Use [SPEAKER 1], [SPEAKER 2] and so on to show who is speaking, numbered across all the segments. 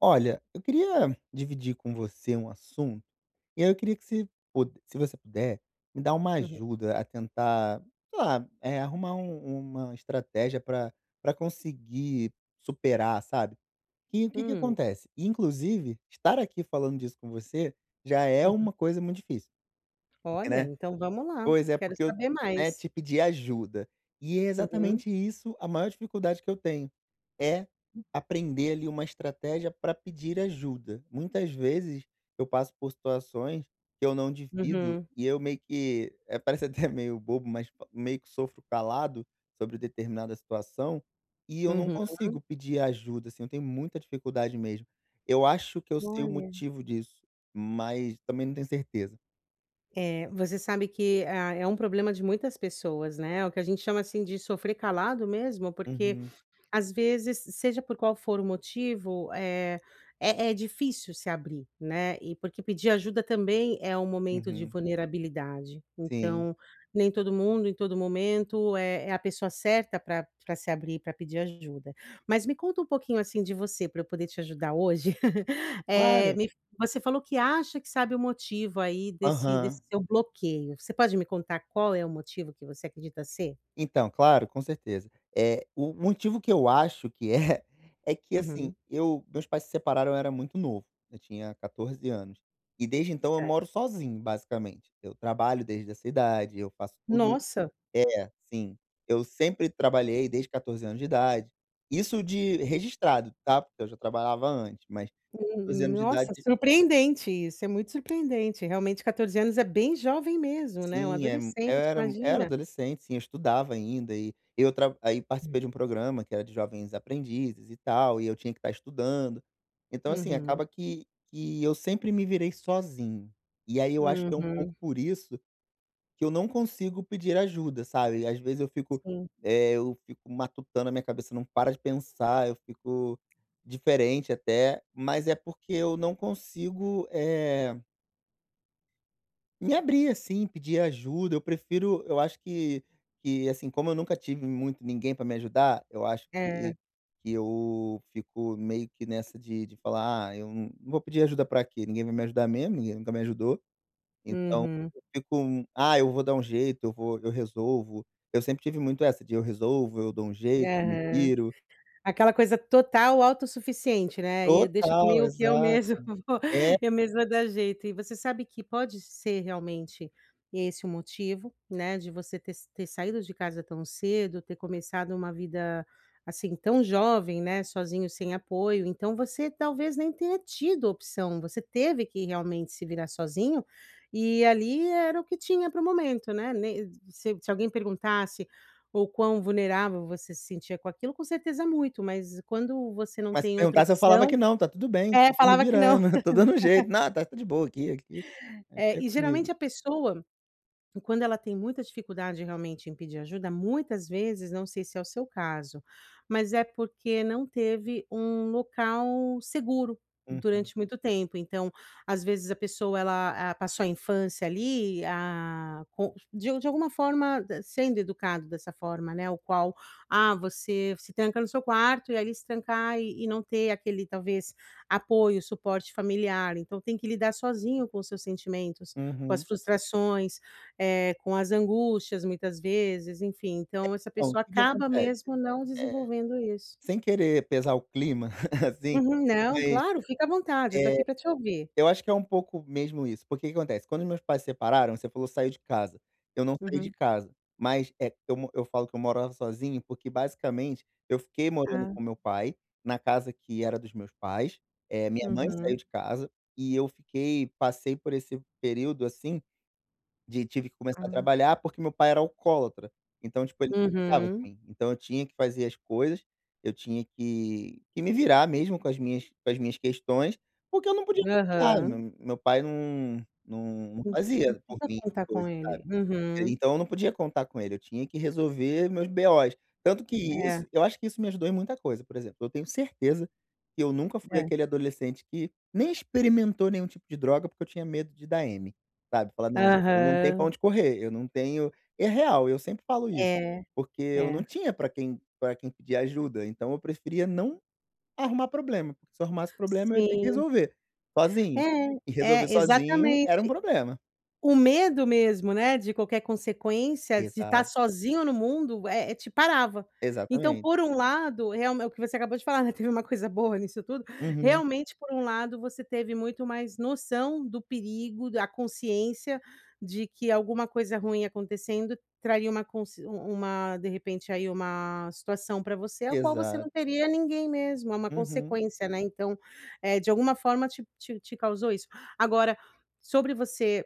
[SPEAKER 1] Olha, eu queria dividir com você um assunto, e aí eu queria que se você puder, me dar uma
[SPEAKER 2] Uhum.
[SPEAKER 1] ajuda a tentar, sei lá, arrumar uma estratégia para pra conseguir superar, sabe. Que o que que
[SPEAKER 2] Hum,
[SPEAKER 1] acontece? Inclusive, estar aqui falando disso com você já é
[SPEAKER 2] uhum.
[SPEAKER 1] uma coisa muito difícil, porque,
[SPEAKER 2] Olha,
[SPEAKER 1] né.
[SPEAKER 2] então vamos lá,
[SPEAKER 1] Pois é,
[SPEAKER 2] quero
[SPEAKER 1] porque eu,
[SPEAKER 2] saber
[SPEAKER 1] né,
[SPEAKER 2] mais.
[SPEAKER 1] te pedi ajuda. E é
[SPEAKER 2] Uhum,
[SPEAKER 1] exatamente isso a maior dificuldade que eu tenho, é aprender ali uma estratégia para pedir ajuda. Muitas vezes eu passo por situações que eu não divido
[SPEAKER 2] uhum,
[SPEAKER 1] e eu meio que, parece até meio bobo, mas fa meio que sofro calado sobre determinada situação, e eu não
[SPEAKER 2] uhum.
[SPEAKER 1] consigo pedir ajuda, assim, eu tenho muita dificuldade mesmo. Eu acho que eu sei o
[SPEAKER 2] Olha,
[SPEAKER 1] motivo disso, mas também não tenho certeza.
[SPEAKER 2] você sabe que, é um problema de muitas pessoas, né, é o que a gente chama, assim, de sofrer calado mesmo, porque
[SPEAKER 1] Uhum,
[SPEAKER 2] às vezes, seja por qual for o motivo, é difícil se abrir, né, e porque pedir ajuda também é um momento de
[SPEAKER 1] uhum,
[SPEAKER 2] vulnerabilidade.
[SPEAKER 1] sim.
[SPEAKER 2] Então, nem todo mundo, em todo momento, é a pessoa certa para pra se abrir, para pedir ajuda. Mas me conta um pouquinho, assim, de você, para eu poder te ajudar hoje. Eh,
[SPEAKER 1] Claro.
[SPEAKER 2] me Você falou que acha que sabe o motivo aí desse
[SPEAKER 1] Aham.
[SPEAKER 2] desse seu bloqueio. Você pode me contar qual é o motivo que você acredita ser?
[SPEAKER 1] Então, claro, com certeza. O motivo que eu acho que é, é que, assim,
[SPEAKER 2] Uhum,
[SPEAKER 1] eu meus pais se separaram, eu era muito novo, eu tinha 14 anos. E desde então eu moro
[SPEAKER 2] certo.
[SPEAKER 1] sozinho, basicamente. Eu trabalho desde essa idade, eu faço tudo.
[SPEAKER 2] Nossa!
[SPEAKER 1] É, sim. Eu sempre trabalhei desde 14 anos de idade. Isso de registrado, tá, porque eu já trabalhava antes, mas 14 anos de idade.
[SPEAKER 2] Nossa, surpreendente isso, é muito surpreendente. Realmente 14 anos é bem jovem mesmo, né, um
[SPEAKER 1] Sim, eu
[SPEAKER 2] adolescente,
[SPEAKER 1] era eu era
[SPEAKER 2] imagina.
[SPEAKER 1] adolescente, sim, eu estudava ainda e eu tra aí participei de um programa que era de jovens aprendizes e tal, e eu tinha que estar estudando. Então, assim,
[SPEAKER 2] Uhum,
[SPEAKER 1] acaba que eu sempre me virei sozinho. E aí eu acho que é um
[SPEAKER 2] uhum,
[SPEAKER 1] pouco por isso que eu não consigo pedir ajuda, sabe. Às vezes
[SPEAKER 2] sim,
[SPEAKER 1] eu fico matutando, a minha cabeça não para de pensar, eu fico diferente até, mas é porque eu não consigo, me abrir, assim, pedir ajuda, eu acho que, assim, como eu nunca tive muito ninguém para me ajudar, eu acho
[SPEAKER 2] é,
[SPEAKER 1] que eu fico meio que nessa de falar: "Ah, eu não vou pedir ajuda para quê? Ninguém vai me ajudar mesmo, ninguém nunca me ajudou". Então
[SPEAKER 2] uhum,
[SPEAKER 1] eu fico: "Ah, eu vou dar um jeito, eu resolvo". Eu sempre tive muito essa de eu resolvo, eu dou um jeito, eu me
[SPEAKER 2] aham.
[SPEAKER 1] viro.
[SPEAKER 2] Aquela coisa total autossuficiente, né, e deixa
[SPEAKER 1] Total,
[SPEAKER 2] comigo que eu
[SPEAKER 1] exato.
[SPEAKER 2] mesmo vou
[SPEAKER 1] É.
[SPEAKER 2] eu mesma dar jeito. E você sabe que pode ser realmente esse o motivo, né, de você ter saído de casa tão cedo, ter começado uma vida, assim, tão jovem, né, sozinho, sem apoio, então você talvez nem tenha tido opção, você teve que realmente se virar sozinho, e ali era o que tinha para o momento, né, nem se alguém perguntasse: ou quão vulnerável você se sentia com aquilo, com certeza muito, mas quando você não
[SPEAKER 1] Mas se
[SPEAKER 2] tem outra
[SPEAKER 1] perguntasse eu falava
[SPEAKER 2] opção
[SPEAKER 1] que não, tá tudo bem,
[SPEAKER 2] é,
[SPEAKER 1] eu tô me
[SPEAKER 2] falava que não.
[SPEAKER 1] virando, tô dando um jeito, não, tá de boa aqui, aqui
[SPEAKER 2] É,
[SPEAKER 1] é
[SPEAKER 2] e
[SPEAKER 1] comigo.
[SPEAKER 2] geralmente a pessoa. Quando ela tem muita dificuldade realmente em pedir ajuda, muitas vezes, não sei se é o seu caso, mas é porque não teve um local seguro
[SPEAKER 1] Uhum,
[SPEAKER 2] durante muito tempo. Então, às vezes a pessoa ela, passou a infância ali, com de alguma forma d sendo educado dessa forma, né, o qual, você se tranca no seu quarto e ali se trancar e não ter aquele talvez apoio, suporte familiar, então tem que lidar sozinho com os seus sentimentos, com as
[SPEAKER 1] uhum.
[SPEAKER 2] frustrações, com as angústias muitas vezes, enfim, então essa
[SPEAKER 1] Então, o
[SPEAKER 2] pessoa
[SPEAKER 1] que que
[SPEAKER 2] acaba
[SPEAKER 1] acontece,
[SPEAKER 2] mesmo não desenvolvendo isso.
[SPEAKER 1] sem querer pesar o clima, assim,
[SPEAKER 2] Uhum, não,
[SPEAKER 1] mas,
[SPEAKER 2] claro, fica à vontade, eu estou aqui
[SPEAKER 1] eh
[SPEAKER 2] para te ouvir.
[SPEAKER 1] eu acho que é um pouco mesmo isso, porque o que acontece, quando meus pais se separaram, você falou: "Saiu de casa", eu não saí de
[SPEAKER 2] Uhum.
[SPEAKER 1] casa, mas, eu falo que eu morava sozinho, porque basicamente eu fiquei morando
[SPEAKER 2] Ah,
[SPEAKER 1] com meu pai, na casa que era dos meus pais, minha mãe saiu
[SPEAKER 2] uhum,
[SPEAKER 1] de casa, e eu fiquei passei por esse período, assim, de tive que começar a
[SPEAKER 2] ah,
[SPEAKER 1] trabalhar, porque meu pai era alcoólatra, então, tipo, ele não cuidava de
[SPEAKER 2] uhum,
[SPEAKER 1] mim. Então eu tinha que fazer as coisas, eu tinha que me virar mesmo com as minhas questões, porque eu não podia contar, meu
[SPEAKER 2] aham.
[SPEAKER 1] meu pai não
[SPEAKER 2] Hum, hum.
[SPEAKER 1] fazia por
[SPEAKER 2] Precisa
[SPEAKER 1] mim as
[SPEAKER 2] contar com
[SPEAKER 1] coisas.
[SPEAKER 2] ele. Uhum.
[SPEAKER 1] Então eu não podia contar com ele, eu tinha que resolver meus BOs. Tanto que
[SPEAKER 2] É,
[SPEAKER 1] isso eu acho que isso me ajudou em muita coisa, por exemplo, eu tenho certeza que eu nunca fui
[SPEAKER 2] é.
[SPEAKER 1] aquele adolescente que nem experimentou nenhum tipo de droga, porque eu tinha medo de dar M, sabe. Falar: "Não, eu não tenho pra
[SPEAKER 2] Aham.
[SPEAKER 1] onde correr, eu não tenho" é real, eu sempre falo isso,
[SPEAKER 2] É,
[SPEAKER 1] porque eu não
[SPEAKER 2] é.
[SPEAKER 1] tinha pra quem pedir ajuda, então eu preferia não arrumar problema, porque se eu arrumasse problema eu ia ter que
[SPEAKER 2] Sim.
[SPEAKER 1] resolver sozinho,
[SPEAKER 2] É,
[SPEAKER 1] e resolver
[SPEAKER 2] é,
[SPEAKER 1] sozinho era um
[SPEAKER 2] exatamente.
[SPEAKER 1] problema.
[SPEAKER 2] O medo mesmo, né, de qualquer consequência, de estar
[SPEAKER 1] Exato,
[SPEAKER 2] sozinho no mundo, te parava. Então,
[SPEAKER 1] exatamente.
[SPEAKER 2] por um lado, realme o que você acabou de falar, né, teve uma coisa boa nisso tudo.
[SPEAKER 1] Uhum.
[SPEAKER 2] Realmente, por um lado, você teve muito mais noção do perigo, da consciência de que alguma coisa ruim acontecendo traria uma conse um uma, de repente, aí, uma situação pra você, a qual você não
[SPEAKER 1] Exato.
[SPEAKER 2] teria ninguém mesmo, é uma
[SPEAKER 1] Uhum,
[SPEAKER 2] consequência, né. Então, de alguma forma te causou isso. Agora, sobre você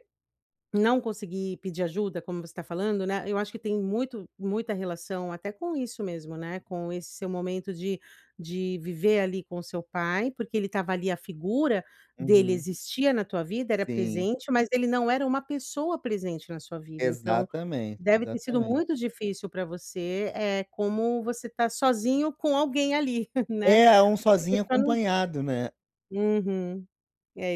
[SPEAKER 2] não conseguir pedir ajuda, como você está falando, né, eu acho que tem muito muita relação até com isso mesmo, né, com esse seu momento de viver ali com seu pai, porque ele estava ali, a figura dele
[SPEAKER 1] uhum.
[SPEAKER 2] existia na tua vida, era
[SPEAKER 1] Sim,
[SPEAKER 2] presente, mas ele não era uma pessoa presente na sua vida, então
[SPEAKER 1] exatamente,
[SPEAKER 2] deve ter sido
[SPEAKER 1] exatamente.
[SPEAKER 2] muito difícil para você, é como você tá sozinho com alguém ali, né,
[SPEAKER 1] É, um
[SPEAKER 2] porque a
[SPEAKER 1] sozinho
[SPEAKER 2] pessoa não.
[SPEAKER 1] acompanhado, né.
[SPEAKER 2] Uhum. É,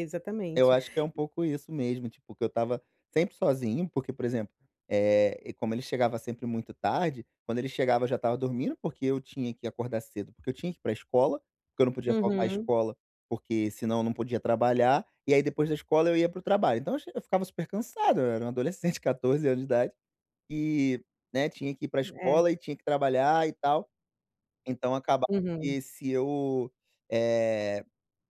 [SPEAKER 1] Eu
[SPEAKER 2] exatamente.
[SPEAKER 1] acho que é um pouco isso mesmo, tipo, que eu estava sempre sozinho, porque, por exemplo, e como ele chegava sempre muito tarde, quando ele chegava eu já estava dormindo, porque eu tinha que acordar cedo, porque eu tinha que ir pra escola, porque eu não podia faltar à
[SPEAKER 2] Uhum.
[SPEAKER 1] escola, porque senão eu não podia trabalhar, e aí depois da escola eu ia para o trabalho. Então eu ficava super cansado, eu era um adolescente, 14 anos de idade. E, né, tinha que ir para a
[SPEAKER 2] É.
[SPEAKER 1] escola e tinha que trabalhar e tal, então acabava
[SPEAKER 2] Uhum.
[SPEAKER 1] que se eu, eh,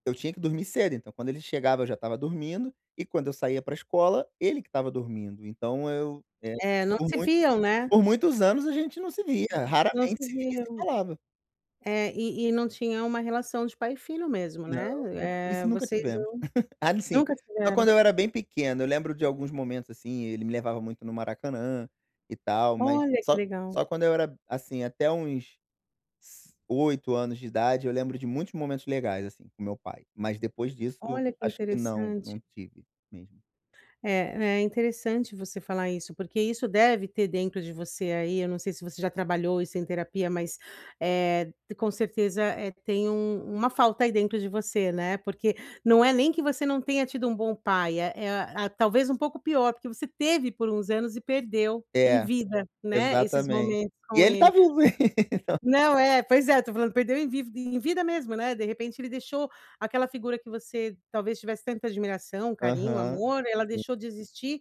[SPEAKER 1] eu tinha que dormir cedo, então quando ele chegava eu já estava dormindo, e quando eu saía para a escola, ele que estava dormindo, então
[SPEAKER 2] É, não
[SPEAKER 1] por
[SPEAKER 2] se
[SPEAKER 1] muito
[SPEAKER 2] viam, né.
[SPEAKER 1] por muitos anos a gente não se via,
[SPEAKER 2] Não
[SPEAKER 1] raramente
[SPEAKER 2] se
[SPEAKER 1] se via e se
[SPEAKER 2] viam.
[SPEAKER 1] falava.
[SPEAKER 2] É, e não tinha uma relação de pai e filho mesmo, né,
[SPEAKER 1] Não, nunca isso nunca
[SPEAKER 2] vocês
[SPEAKER 1] tivemos. Ah, sim,
[SPEAKER 2] nunca
[SPEAKER 1] só
[SPEAKER 2] tiveram?
[SPEAKER 1] quando eu era bem pequeno, eu lembro de alguns momentos, assim, ele me levava muito no Maracanã e tal, mas
[SPEAKER 2] Olha que
[SPEAKER 1] só
[SPEAKER 2] legal,
[SPEAKER 1] só quando eu era, assim, até uns S 8 anos de idade, eu lembro de muitos momentos legais, assim, com meu pai, mas depois disso,
[SPEAKER 2] olha que
[SPEAKER 1] acho que não, não
[SPEAKER 2] interessante.
[SPEAKER 1] tive mesmo.
[SPEAKER 2] É, é interessante você falar isso, porque isso deve ter dentro de você aí, eu não sei se você já trabalhou isso em terapia, mas, com certeza, tem uma falta aí dentro de você, né, porque não é nem que você não tenha tido um bom pai, é a talvez um pouco pior, porque você teve por uns anos e perdeu em
[SPEAKER 1] É,
[SPEAKER 2] vida, né, esses
[SPEAKER 1] exatamente.
[SPEAKER 2] momentos
[SPEAKER 1] E
[SPEAKER 2] com
[SPEAKER 1] ele
[SPEAKER 2] ele.
[SPEAKER 1] tá vivo, hein?
[SPEAKER 2] Não, é, pois é, eu tô falando, perdeu em viv em vida mesmo, né, de repente ele deixou aquela figura que você talvez tivesse tanta admiração, carinho,
[SPEAKER 1] Aham,
[SPEAKER 2] amor, ela
[SPEAKER 1] sim.
[SPEAKER 2] deixou de existir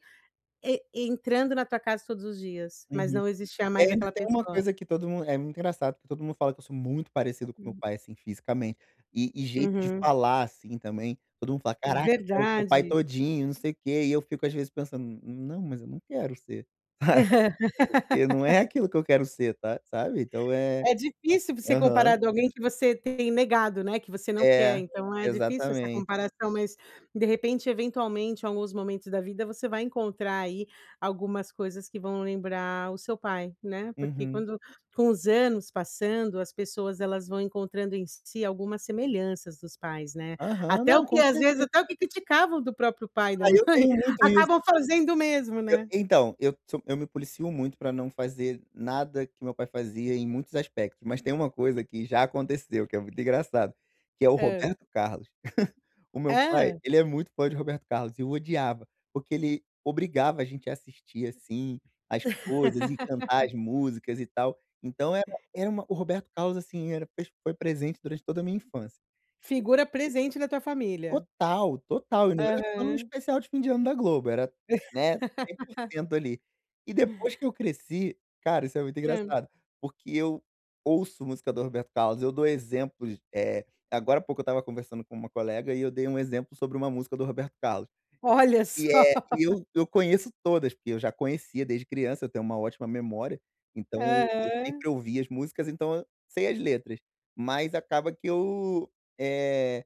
[SPEAKER 2] e entrando na tua casa todos os dias, mas
[SPEAKER 1] Uhum.
[SPEAKER 2] não existia
[SPEAKER 1] É,
[SPEAKER 2] mais
[SPEAKER 1] ainda
[SPEAKER 2] aquela
[SPEAKER 1] tem uma
[SPEAKER 2] pessoa.
[SPEAKER 1] coisa que todo mundo é muito engraçado, que todo mundo fala que eu sou muito parecido com meu pai, assim, fisicamente, e jeito de
[SPEAKER 2] Uhum.
[SPEAKER 1] falar, assim, também, todo mundo fala: "Caraca, você é o teu pai
[SPEAKER 2] Verdade.
[SPEAKER 1] todinho, não sei o quê", e eu fico às vezes pensando: "Não, mas eu não quero ser", sabe, não é aquilo que eu quero ser, tá, sabe, então é.
[SPEAKER 2] É difícil você comparar
[SPEAKER 1] Aham.
[SPEAKER 2] de alguém que você tem negado, né, que você não quer,
[SPEAKER 1] É,
[SPEAKER 2] então é difícil essa
[SPEAKER 1] exatamente.
[SPEAKER 2] comparação, mas de repente, eventualmente, em alguns momentos da vida, você vai encontrar aí algumas coisas que vão lembrar o seu pai, né, porque
[SPEAKER 1] Uhum.
[SPEAKER 2] quando com os anos passando, as pessoas elas vão encontrando em si algumas semelhanças dos pais, né,
[SPEAKER 1] Aham.
[SPEAKER 2] até o
[SPEAKER 1] Não,
[SPEAKER 2] que
[SPEAKER 1] com
[SPEAKER 2] às vezes,
[SPEAKER 1] certeza.
[SPEAKER 2] até o que criticavam do próprio pai e da
[SPEAKER 1] Ah, eu
[SPEAKER 2] mãe,
[SPEAKER 1] tenho muito isso.
[SPEAKER 2] acabam fazendo o mesmo,
[SPEAKER 1] Eu
[SPEAKER 2] né.
[SPEAKER 1] então, eu sou eu me policio muito pra não fazer nada que meu pai fazia em muitos aspectos, mas tem uma coisa que já aconteceu, que é muito engraçado, que é o
[SPEAKER 2] Hã.
[SPEAKER 1] Roberto Carlos. O meu pai,
[SPEAKER 2] Hã.
[SPEAKER 1] ele é muito fã de Roberto Carlos e eu odiava, porque ele obrigava a gente a assistir, assim, as coisas e cantar as músicas e tal. Então era era uma o Roberto Carlos, assim, era foi presente durante toda a minha infância.
[SPEAKER 2] Figura presente da tua família.
[SPEAKER 1] Total, total. E não era só no
[SPEAKER 2] Aham.
[SPEAKER 1] especial de fim de ano da Globo, era, né, 100% ali. E depois que eu cresci, cara, isso é muito
[SPEAKER 2] Hã.
[SPEAKER 1] engraçado, porque eu ouço música do Roberto Carlos, eu dou exemplos, agora há pouco eu estava conversando com uma colega e eu dei um exemplo sobre uma música do Roberto Carlos.
[SPEAKER 2] Olha
[SPEAKER 1] E,
[SPEAKER 2] só.
[SPEAKER 1] eh, e eu eu conheço todas, porque eu já conhecia desde criança, eu tenho uma ótima memória, então eu
[SPEAKER 2] Aham.
[SPEAKER 1] sempre ouvi as músicas, então eu sei as letras. Mas acaba que eu, eh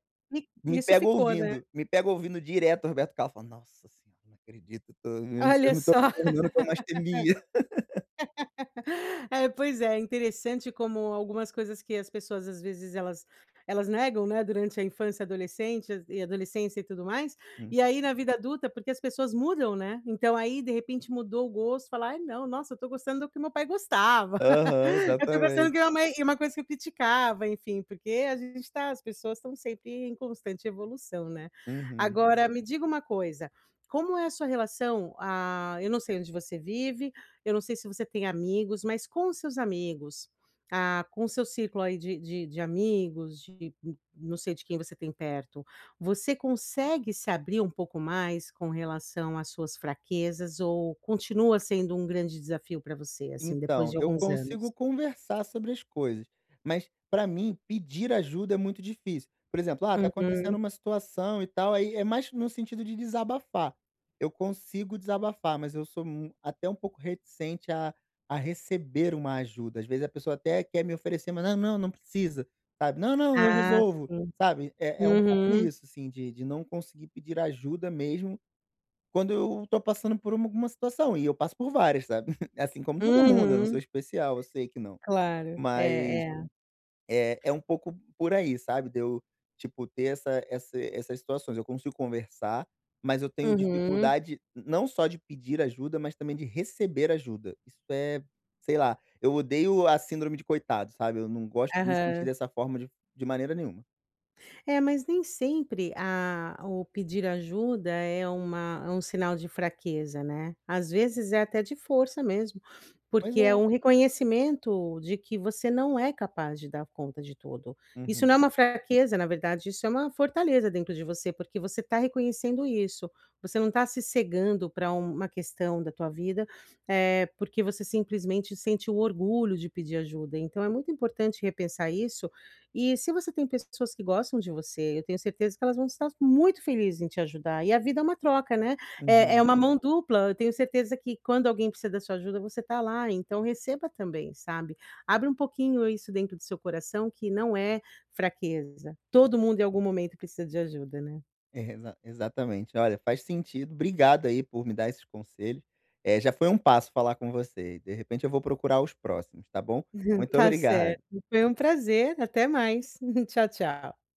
[SPEAKER 2] E
[SPEAKER 1] me
[SPEAKER 2] isso
[SPEAKER 1] pega
[SPEAKER 2] ficou, né.
[SPEAKER 1] ouvindo, me pega ouvindo direto o Roberto Carlos, falo: "Nossa senhora, não acredito, eu
[SPEAKER 2] Olha
[SPEAKER 1] me tô
[SPEAKER 2] só.
[SPEAKER 1] tornando o que eu mais temia".
[SPEAKER 2] É, pois é, interessante como algumas coisas que as pessoas, às vezes, elas negam, né, durante a infância, adolescente e adolescência e tudo mais,
[SPEAKER 1] Hum.
[SPEAKER 2] e aí na vida adulta, porque as pessoas mudam, né. Então aí, de repente, mudou o gosto, falar, "Ai não, nossa, eu estou gostando do que meu pai gostava".
[SPEAKER 1] Aham,
[SPEAKER 2] Eu tô gostando
[SPEAKER 1] exatamente.
[SPEAKER 2] que é uma e uma coisa que eu criticava, enfim, porque a gente tá as pessoas estão sempre em constante evolução, né.
[SPEAKER 1] Uhum.
[SPEAKER 2] Agora me diga uma coisa, como é a sua relação, eu não sei onde você vive, eu não sei se você tem amigos, mas com os seus amigos, com o seu círculo aí de amigos, de não sei de quem você tem perto, você consegue se abrir um pouco mais com relação às suas fraquezas ou continua sendo um grande desafio para você, assim, depois
[SPEAKER 1] Então,
[SPEAKER 2] de
[SPEAKER 1] eu
[SPEAKER 2] alguns
[SPEAKER 1] consigo
[SPEAKER 2] anos?
[SPEAKER 1] conversar sobre as coisas, mas pra mim pedir ajuda é muito difícil. Por exemplo, ah, tá acontecendo
[SPEAKER 2] Uhum.
[SPEAKER 1] uma situação e tal, aí é mais no sentido de desabafar. Eu consigo desabafar, mas eu sou mu até um pouco reticente a receber uma ajuda. Às vezes a pessoa até quer me oferecer, mas: "Não, não, não precisa", sabe. "Não, não, eu
[SPEAKER 2] Ah,
[SPEAKER 1] resolvo",
[SPEAKER 2] sim.
[SPEAKER 1] sabe. É um pouco
[SPEAKER 2] Uhum.
[SPEAKER 1] isso, assim, de não conseguir pedir ajuda mesmo quando eu tô passando por alguma situação, e eu passo por várias, sabe. Assim como todo mundo, eu não
[SPEAKER 2] Uhum.
[SPEAKER 1] sou especial, eu sei que não.
[SPEAKER 2] Claro.
[SPEAKER 1] Mas
[SPEAKER 2] É, é.
[SPEAKER 1] é um pouco por aí, sabe, de eu, tipo, ter essas situações. Eu consigo conversar, mas eu tenho
[SPEAKER 2] Uhum.
[SPEAKER 1] dificuldade não só de pedir ajuda, mas também de receber ajuda. Isso é, sei lá, eu odeio a síndrome de coitado, sabe, eu não gosto de me sentir
[SPEAKER 2] Aham.
[SPEAKER 1] dessa forma de maneira nenhuma.
[SPEAKER 2] É, mas nem sempre a o pedir ajuda é uma é um sinal de fraqueza, né. Às vezes é até de força mesmo,
[SPEAKER 1] Pois
[SPEAKER 2] porque é
[SPEAKER 1] é.
[SPEAKER 2] um reconhecimento de que você não é capaz de dar conta de tudo. Isso
[SPEAKER 1] Uhum,
[SPEAKER 2] não é uma fraqueza, na verdade, isso é uma fortaleza dentro de você, porque você está reconhecendo isso. Você não está se cegando para uma questão da tua vida, é porque você simplesmente sente o orgulho de pedir ajuda. Então é muito importante repensar isso e se você tem pessoas que gostam de você, eu tenho certeza que elas vão estar muito felizes em te ajudar. E a vida é uma troca, né, é
[SPEAKER 1] uhum.
[SPEAKER 2] uma mão dupla. Eu tenho certeza que quando alguém precisa da sua ajuda, você está lá, então receba também, sabe. Abre um pouquinho isso dentro do seu coração, que não é fraqueza. Todo mundo em algum momento precisa de ajuda, né.
[SPEAKER 1] É, exatamente. Olha, faz sentido. Obrigado aí por me dar esses conselhos. Já foi um passo falar com você. De repente eu vou procurar os próximos, tá bom? Muito
[SPEAKER 2] Tá certo,
[SPEAKER 1] obrigado.
[SPEAKER 2] foi um prazer, até mais. Tchau, tchau.